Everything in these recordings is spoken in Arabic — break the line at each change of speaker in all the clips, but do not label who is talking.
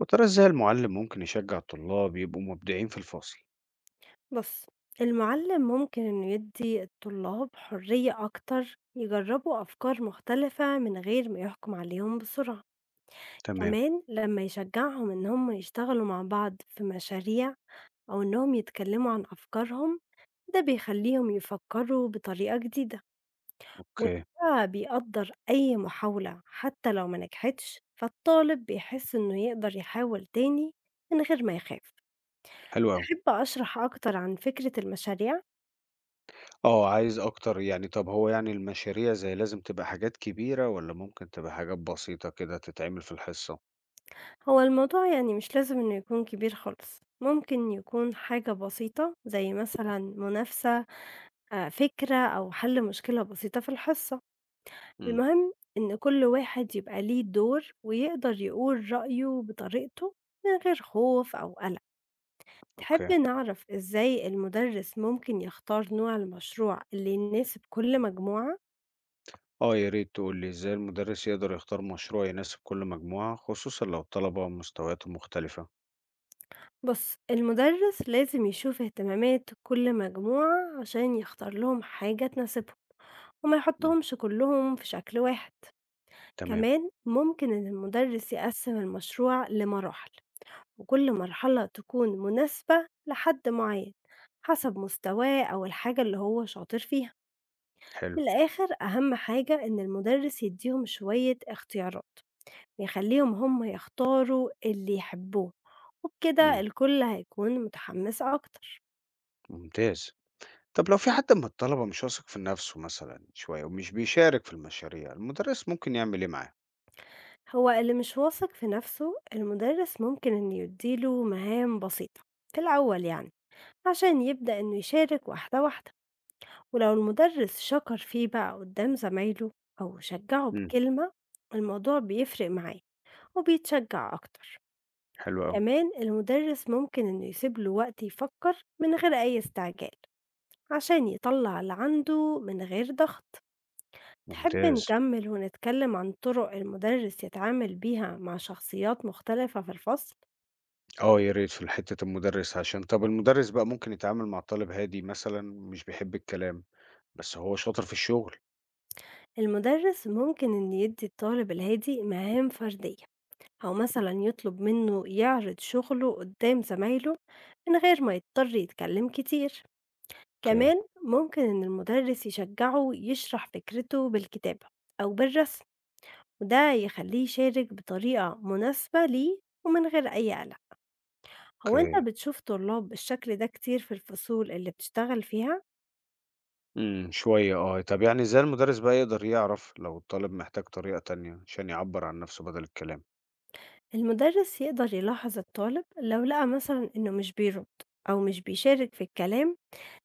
وترى ازاي المعلم ممكن يشجع الطلاب يبقوا مبدعين في الفصل.
بُص، المُعلِّم ممكن إنه يدّي الطلاب حرية أكتر يجرّبوا أفكار مختلفة من غير ما يحكُم عليهم بسرعة،
تمام.
كمان لمّا يشجّعهم إن هم يشتغلوا مع بعض في مشاريع أو إنهم يتكلّموا عن أفكارهم، ده بيخلّيهم يفكّروا بطريقة جديدة
اوكي.
وده بيقدّر أي محاولة حتّى لو ما نجحتش، فالطالب بيحس إنه يقدر يحاول تاني من غير ما يخاف.
حلو قوي.
تحب أشرح أكتر عن فكرة المشاريع؟
اه عايز اكتر، يعني طب هو يعني المشاريع زي لازم تبقى حاجات كبيرة ولا ممكن تبقى حاجات بسيطة كده تتعمل في الحصة؟
هو الموضوع يعني مش لازم إنه يكون كبير خالص، ممكن يكون حاجة بسيطة زي مثلًا منافسة، فكرة أو حل مشكلة بسيطة في الحصة،
امم
المهم إن كل واحد يبقى ليه دور ويقدر يقول رأيه بطريقته من غير خوف أو قلق. تحب
اوكي.
نعرف إزاي المدرس ممكن يختار نوع المشروع اللي يناسب كل مجموعة؟
اه يا ريت تقول لي ازاي المدرس يقدر يختار مشروع يناسب كل مجموعة، خصوصا لو الطلبة مستوياتهم مختلفة.
بُص، المدرس لازم يشوف اهتمامات كل مجموعة عشان يختار لهم حاجة تناسبهم. وما
امم
يحطهمش كلهم في شكل واحد،
تمام.
كمان ممكن إن المدرس يقسم المشروع لمراحل وكل مرحلة تكون مناسبة لحد معين حسب مستواه أو الحاجة اللي هو شاطر فيها.
حلو.
في الآخر أهم حاجة إن المدرس يديهم شوية اختيارات ويخليهم هم يختاروا اللي يحبوه، وبكده
امم
الكل هيكون متحمس أكتر.
ممتاز. طب لو في حد من الطلبة مش واثق في نفسه مثلا شوية ومش بيشارك في المشاريع، المدرس ممكن يعمل ايه معاه؟
هو اللي مش واثق في نفسه المدرس ممكن إنه يديله مهام بسيطة في الأول يعني، عشان يبدأ إنه يشارك واحدة واحدة، ولو المدرس شكر فيه بقى قدام زمايله أو شجعه بكلمة الموضوع بيفرق معاه وبيتشجع أكتر.
حلو أوي،
كمان المدرس ممكن إنه يسيب له وقت يفكر من غير أي استعجال عشان يطلع اللي عنده من غير ضغط. تحب
ممتاز.
نكمل ونتكلم عن طرق المدرس يتعامل بيها مع شخصيات مختلفة في الفصل؟
آه، يا ريت في حتّة المُدرِّس، عشان طَب المُدرِّس بقى ممكن يتعامل مع الطالب هادي مثلًا مش بيحب الكلام، بس هو شاطر في الشغل.
المدرس ممكن إنه يدي الطالب الهادي مهام فردية أو مثلًا يطلب منه يعرض شغله قدّام زمايله من غير ما يضطر يتكلم كتير،
أوكي.
كمان ممكن إن المدرس يشجعه يشرح فكرته بالكتابة أو بالرسم، وده يخلّيه يشارك بطريقة مناسبة ليه ومن غير أي قلق. هو أنت
أوكي.
بتشوف طلاب بالشكل ده كتير في الفصول اللي بتشتغل فيها؟
إمم، شوية آه. طَب يعني إزاي المُدرِّس بقى يقدر يعرف لو الطالب محتاج طريقة تانية عشان يعبّر عن نَفْسه بدل الكلام؟
المدرس يقدر يلاحظ الطالب لو لقى مثلًا إنه مش بيرد أو مش بيشارك في الكلام،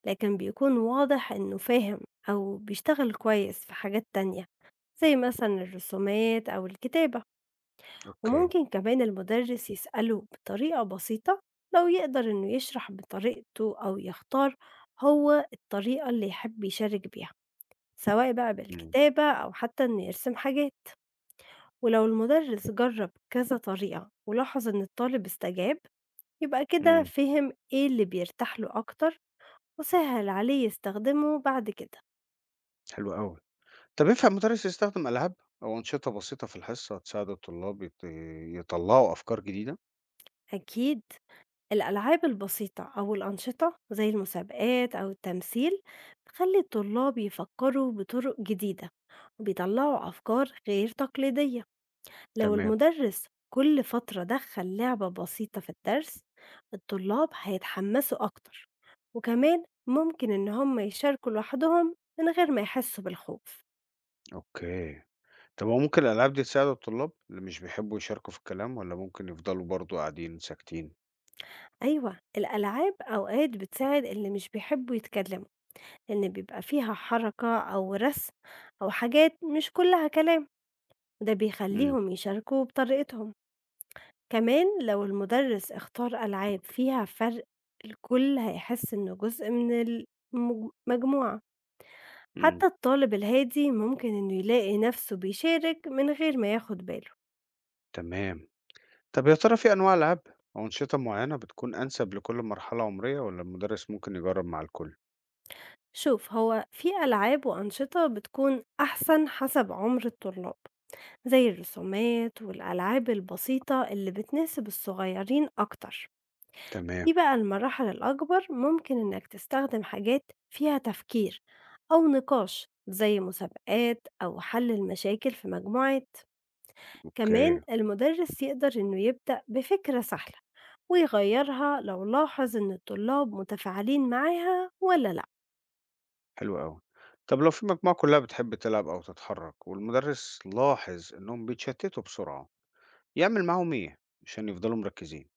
لكن بيكون واضح إنه فاهم أو بيشتغل كويس في حاجات تانية زي مثلا الرسومات أو الكتابة.
أوكي.
وممكن كمان المدرس يسأله بطريقة بسيطة لو يقدر إنه يشرح بطريقته أو يختار هو الطريقة اللي يحب يشارك بيها، سواء بقى
إمم.
بالكتابة أو حتى إنه يرسم حاجات. ولو المدرس جرب كذا طريقة ولاحظ إن الطالب استجاب يبقى كده
إمم.
فهم إيه اللي بيرتاح له أكتر وسهل عليه يستخدمه بعد كده.
حلو أوي. طَب ينفع المُدرِّس يستخدم ألعاب أو أنشطة بسيطة في الحصة تساعد الطلاب يطلّعوا أفكار جديدة؟
أكيد الألعاب البسيطة أو الأنشطة زي المسابقات أو التمثيل بتخلي الطلاب يفكروا بطرق جديدة وبيطلعوا أفكار غير تقليدية. لو
تمام.
المدرس كل فترة دخل لعبة بسيطة في الدرس الطلاب هيتحمسوا أكتر، وكمان ممكن إن هم يشاركوا لوحدهم من غير ما يحسوا بالخوف.
أوكي. طب هو ممكن الألعاب دي تساعد الطلاب اللي مش بيحبوا يشاركوا في الكلام، ولا ممكن يفضلوا برضه قاعدين ساكتين؟
أيوة الألعاب أوقات بتساعد اللي مش بيحبوا يتكلموا، لأن بيبقى فيها حركة أو رسم أو حاجات مش كلها كلام، وده
إمم.
بيخليهم يشاركوا بطريقتهم. كمان لو المدرس اختار ألعاب فيها فرق الكل هيحس إنه جزء من المجموعة،
إمم.
حتى الطالب الهادي ممكن إنه يلاقي نفسه بيشارك من غير ما ياخد باله.
تمام. طب يا ترى في أنواع ألعاب أو أنشطة معينة بتكون أنسب لكل مرحلة عمرية، ولا المدرس ممكن يجرب مع الكل؟
شوف هو في ألعاب وأنشطة بتكون أحسن حسب عمر الطلاب، زي الرسومات والألعاب البسيطة اللي بتناسب الصغيرين أكتر.
تمام.
في بقى المراحل الأكبر ممكن إنك تستخدم حاجات فيها تفكير أو نقاش زي مسابقات أو حل المشاكل في مجموعة. كمان
أوكي.
المدرس يقدر إنه يبدأ بفكرة سهلة ويغيرها لو لاحظ إن الطلاب متفاعلين معاها ولا لأ.
حلو أوي. طب لو في مجموعة كلها بتحب تلعب أو تتحرك والمدرس لاحظ إنهم بيتشتتوا بسرعة، يعمل معاهم إيه عشان يفضلوا مركزين؟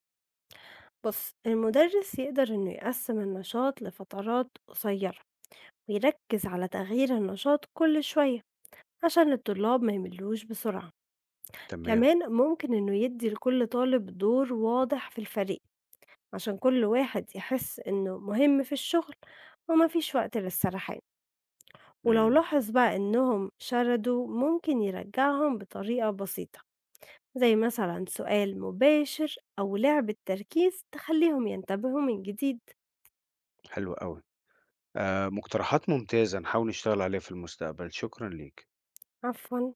بص المدرس يقدر إنه يقسم النشاط لفترات قصيرة ويركز على تغيير النشاط كل شوية عشان الطلاب ما يملوش بسرعة،
تمام.
كمان ممكن إنه يدي لكل طالب دور واضح في الفريق عشان كل واحد يحس إنه مهم في الشغل ومفيش وقت للسرحان. ولو
إمم.
لاحظ بقى إنهم شردوا ممكن يرجعهم بطريقة بسيطة زي مثلا سؤال مباشر أو لعبة تركيز تخليهم ينتبهوا من جديد.
حلو أوي. مقترحات ممتازة نحاول نشتغل عليها في المستقبل، شكرًا ليك.
عفوا.